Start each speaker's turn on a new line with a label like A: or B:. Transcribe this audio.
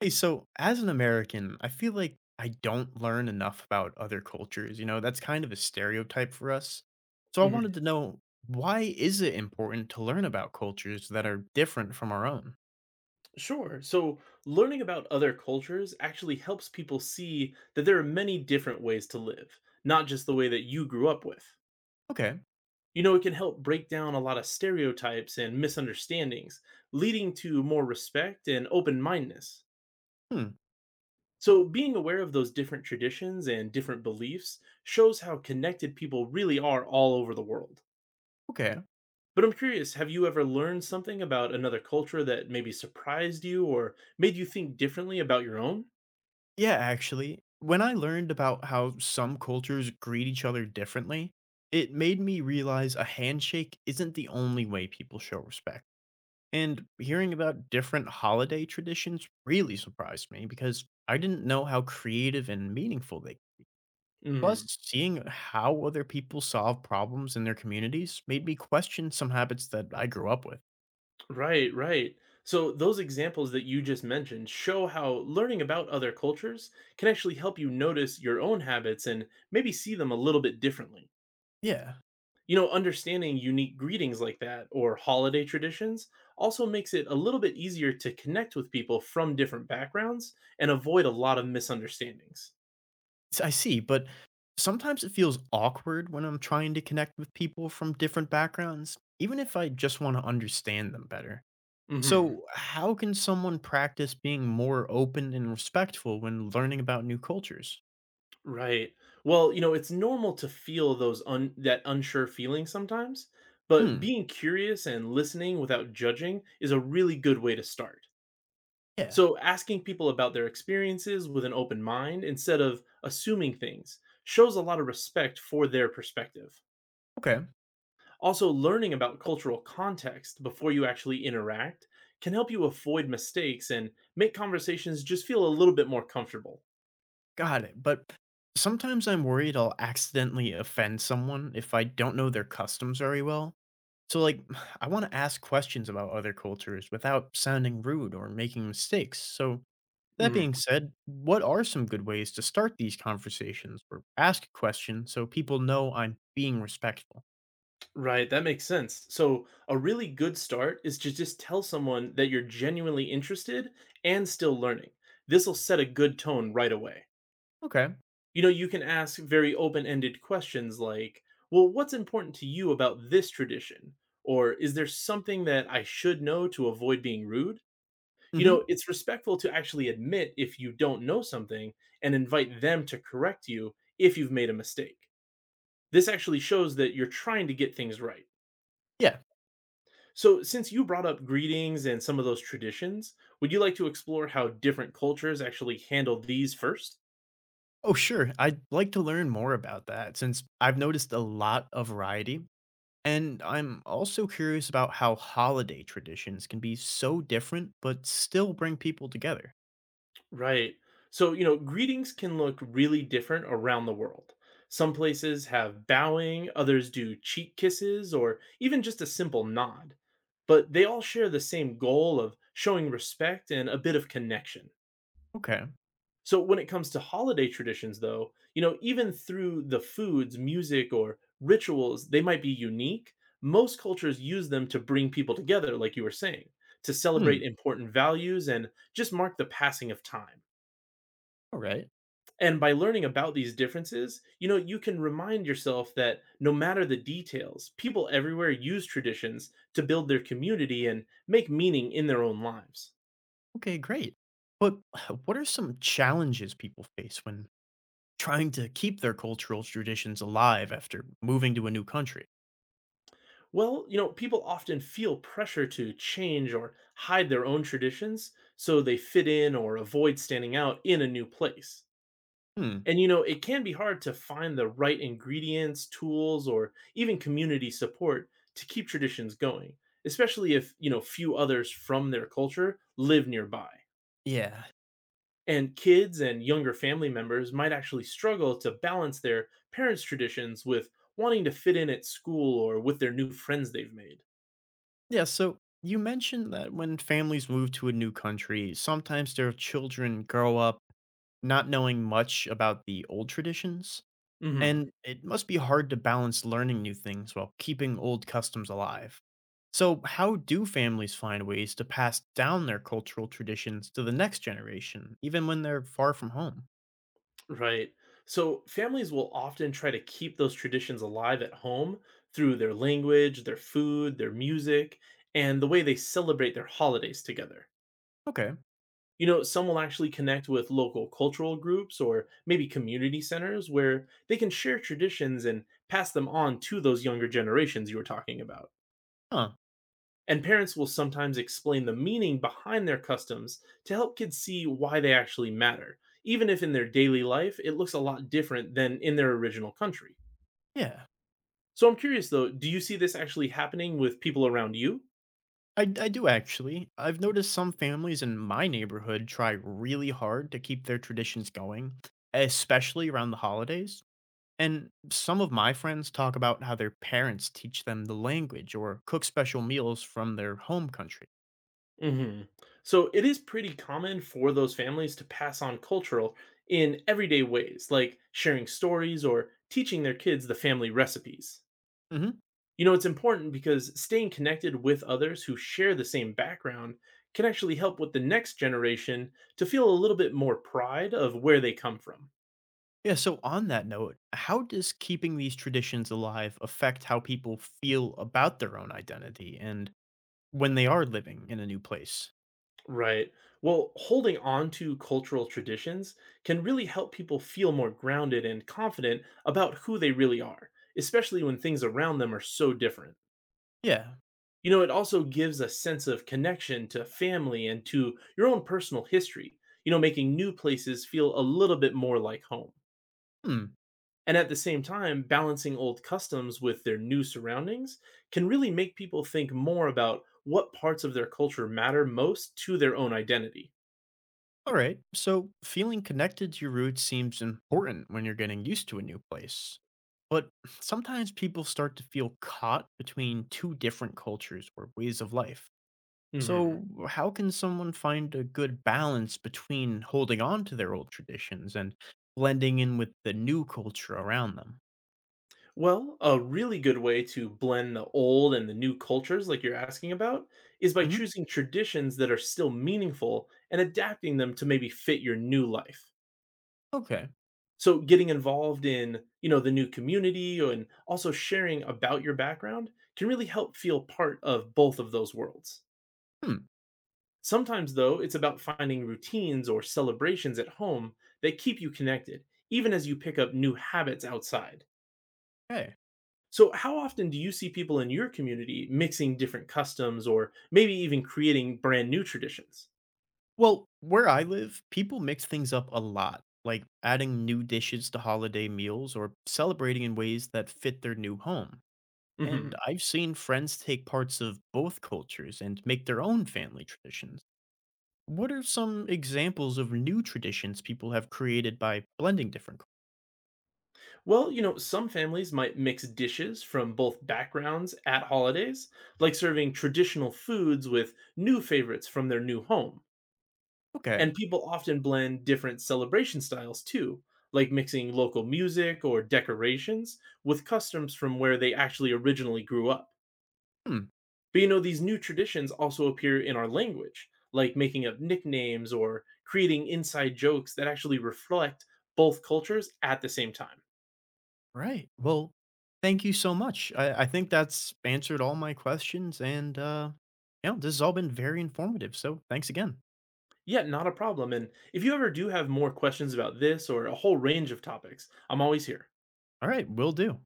A: Hey, so as an American, I feel like I don't learn enough about other cultures. You know, that's kind of a stereotype for us. So I
B: Mhm.
A: wanted to know why is it important to learn about cultures that are different from our own?
B: Sure. So, learning about other cultures actually helps people see that there are many different ways to live, not just the way that you grew up with.
A: Okay.
B: You know, it can help break down a lot of stereotypes and misunderstandings, leading to more respect and open mindedness.
A: Hmm.
B: So, being aware of those different traditions and different beliefs shows how connected people really are all over the world.
A: Okay.
B: But I'm curious, have you ever learned something about another culture that maybe surprised you or made you think differently about your own?
A: Yeah, actually, when I learned about how some cultures greet each other differently, it made me realize a handshake isn't the only way people show respect. And hearing about different holiday traditions really surprised me because I didn't know how creative and meaningful they. Plus,
B: Mhm.
A: seeing how other people solve problems in their communities made me question some habits that I grew up with.
B: Right, right. So, those examples that you just mentioned show how learning about other cultures can actually help you notice your own habits and maybe see them a little bit differently.
A: Yeah,
B: You know, understanding unique greetings like that or holiday traditions also makes it a little bit easier to connect with people from different backgrounds and avoid a lot of misunderstandings.
A: I see, but sometimes it feels awkward when I'm trying to connect with people from different backgrounds, even if I just want to understand them better.
B: Hmm.
A: So, how can someone practice being more open and respectful when learning about new cultures?
B: Right. Well, you know, it's normal to feel those un that unsure feeling sometimes, but
A: Hmm,
B: being curious and listening without judging is a really good way to start.
A: yeah.
B: So, asking people about their experiences with an open mind instead of assuming things shows a lot of respect for their perspective.
A: Okay,
B: Also, learning about cultural context before you actually interact can help you avoid mistakes and make conversations just feel a little bit more comfortable.
A: got it. But sometimes I'm worried I'll accidentally offend someone if I don't know their customs very well. So, like, I want to ask questions about other cultures without sounding rude or making mistakes. So, that
B: Mhm.
A: being said, what are some good ways to start these conversations or ask a question so people know I'm being respectful?
B: Right, that makes sense. So, a really good start is to just tell someone that you're genuinely interested and still learning. This will set a good tone right away.
A: Okay.
B: You know, you can ask very open ended questions like, well, what's important to you about this tradition? Or, is there something that I should know to avoid being rude? You know,
A: Mm-hmm.
B: it's respectful to actually admit if you don't know something and invite them to correct you if you've made a mistake. This actually shows that you're trying to get things right.
A: Yeah.
B: So, since you brought up greetings and some of those traditions, would you like to explore how different cultures actually handle these first?
A: Oh, sure. I'd like to learn more about that since I've noticed a lot of variety. And I'm also curious about how holiday traditions can be so different but still bring people together.
B: Right. So, you know, greetings can look really different around the world. Some places have bowing, others do cheek kisses, or even just a simple nod. But they all share the same goal of showing respect and a bit of connection.
A: Okay.
B: So when it comes to holiday traditions though, you know, even through the foods, music or rituals, they might be unique. Most cultures use them to bring people together like you were saying, to
A: Hmm.
B: celebrate important values and just mark the passing of time.
A: All right.
B: And by learning about these differences, you know, you can remind yourself that no matter the details, people everywhere use traditions to build their community and make meaning in their own lives.
A: Okay, great. But what are some challenges people face when trying to keep their cultural traditions alive after moving to a new country?
B: Well, you know, people often feel pressure to change or hide their own traditions so they fit in or avoid standing out in a new place.
A: Hmm.
B: And, you know, it can be hard to find the right ingredients, tools, or even community support to keep traditions going, especially if, you know, few others from their culture live nearby.
A: Yeah.
B: And kids and younger family members might actually struggle to balance their parents' traditions with wanting to fit in at school or with their new friends they've made.
A: Yeah, so you mentioned that when families move to a new country, sometimes their children grow up not knowing much about the old traditions,
B: Hmm.
A: and it must be hard to balance learning new things while keeping old customs alive. So, how do families find ways to pass down their cultural traditions to the next generation, even when they're far from home?
B: Right. So families will often try to keep those traditions alive at home through their language, their food, their music, and the way they celebrate their holidays together.
A: Okay.
B: You know, some will actually connect with local cultural groups or maybe community centers where they can share traditions and pass them on to those younger generations you were talking about.
A: Huh.
B: And parents will sometimes explain the meaning behind their customs to help kids see why they actually matter, even if in their daily life it looks a lot different than in their original country.
A: Yeah.
B: So I'm curious though, do you see this actually happening with people around you?
A: I do actually. I've noticed some families in my neighborhood try really hard to keep their traditions going, especially around the holidays. And some of my friends talk about how their parents teach them the language or cook special meals from their home country.
B: Hmm. So it is pretty common for those families to pass on cultural in everyday ways, like sharing stories or teaching their kids the family recipes.
A: Mhm.
B: You know, it's important because staying connected with others who share the same background can actually help with the next generation to feel a little bit more pride of where they come from.
A: Yeah, so on that note, how does keeping these traditions alive affect how people feel about their own identity and when they are living in a new place?
B: Right. Well, holding on to cultural traditions can really help people feel more grounded and confident about who they really are, especially when things around them are so different.
A: Yeah.
B: You know, it also gives a sense of connection to family and to your own personal history, you know, making new places feel a little bit more like home.
A: Hmm.
B: And at the same time, balancing old customs with their new surroundings can really make people think more about what parts of their culture matter most to their own identity.
A: All right. So feeling connected to your roots seems important when you're getting used to a new place. But sometimes people start to feel caught between two different cultures or ways of life.
B: Hmm.
A: So, how can someone find a good balance between holding on to their old traditions and blending in with the new culture around them?
B: Well, a really good way to blend the old and the new cultures, like you're asking about, is by
A: Hmm.
B: choosing traditions that are still meaningful and adapting them to maybe fit your new life.
A: Okay.
B: So, getting involved in, you know, the new community and also sharing about your background can really help feel part of both of those worlds.
A: Hmm.
B: Sometimes, though, it's about finding routines or celebrations at home that keep you connected, even as you pick up new habits outside.
A: Hey.
B: So, how often do you see people in your community mixing different customs or maybe even creating brand new traditions?
A: Well, where I live, people mix things up a lot, like adding new dishes to holiday meals or celebrating in ways that fit their new home. And
B: Hmm.
A: I've seen friends take parts of both cultures and make their own family traditions. What are some examples of new traditions people have created by blending different cultures?
B: Well, you know, some families might mix dishes from both backgrounds at holidays, like serving traditional foods with new favorites from their new home.
A: Okay.
B: And people often blend different celebration styles too, like mixing local music or decorations with customs from where they actually originally grew up.
A: Hmm,
B: But you know, these new traditions also appear in our language, like making up nicknames or creating inside jokes that actually reflect both cultures at the same time.
A: right. Well, thank you so much. I think that's answered all my questions. And, you know, this has all been very informative. So thanks again.
B: Yeah, not a problem. And if you ever do have more questions about this or a whole range of topics, I'm always here.
A: All right. Will do.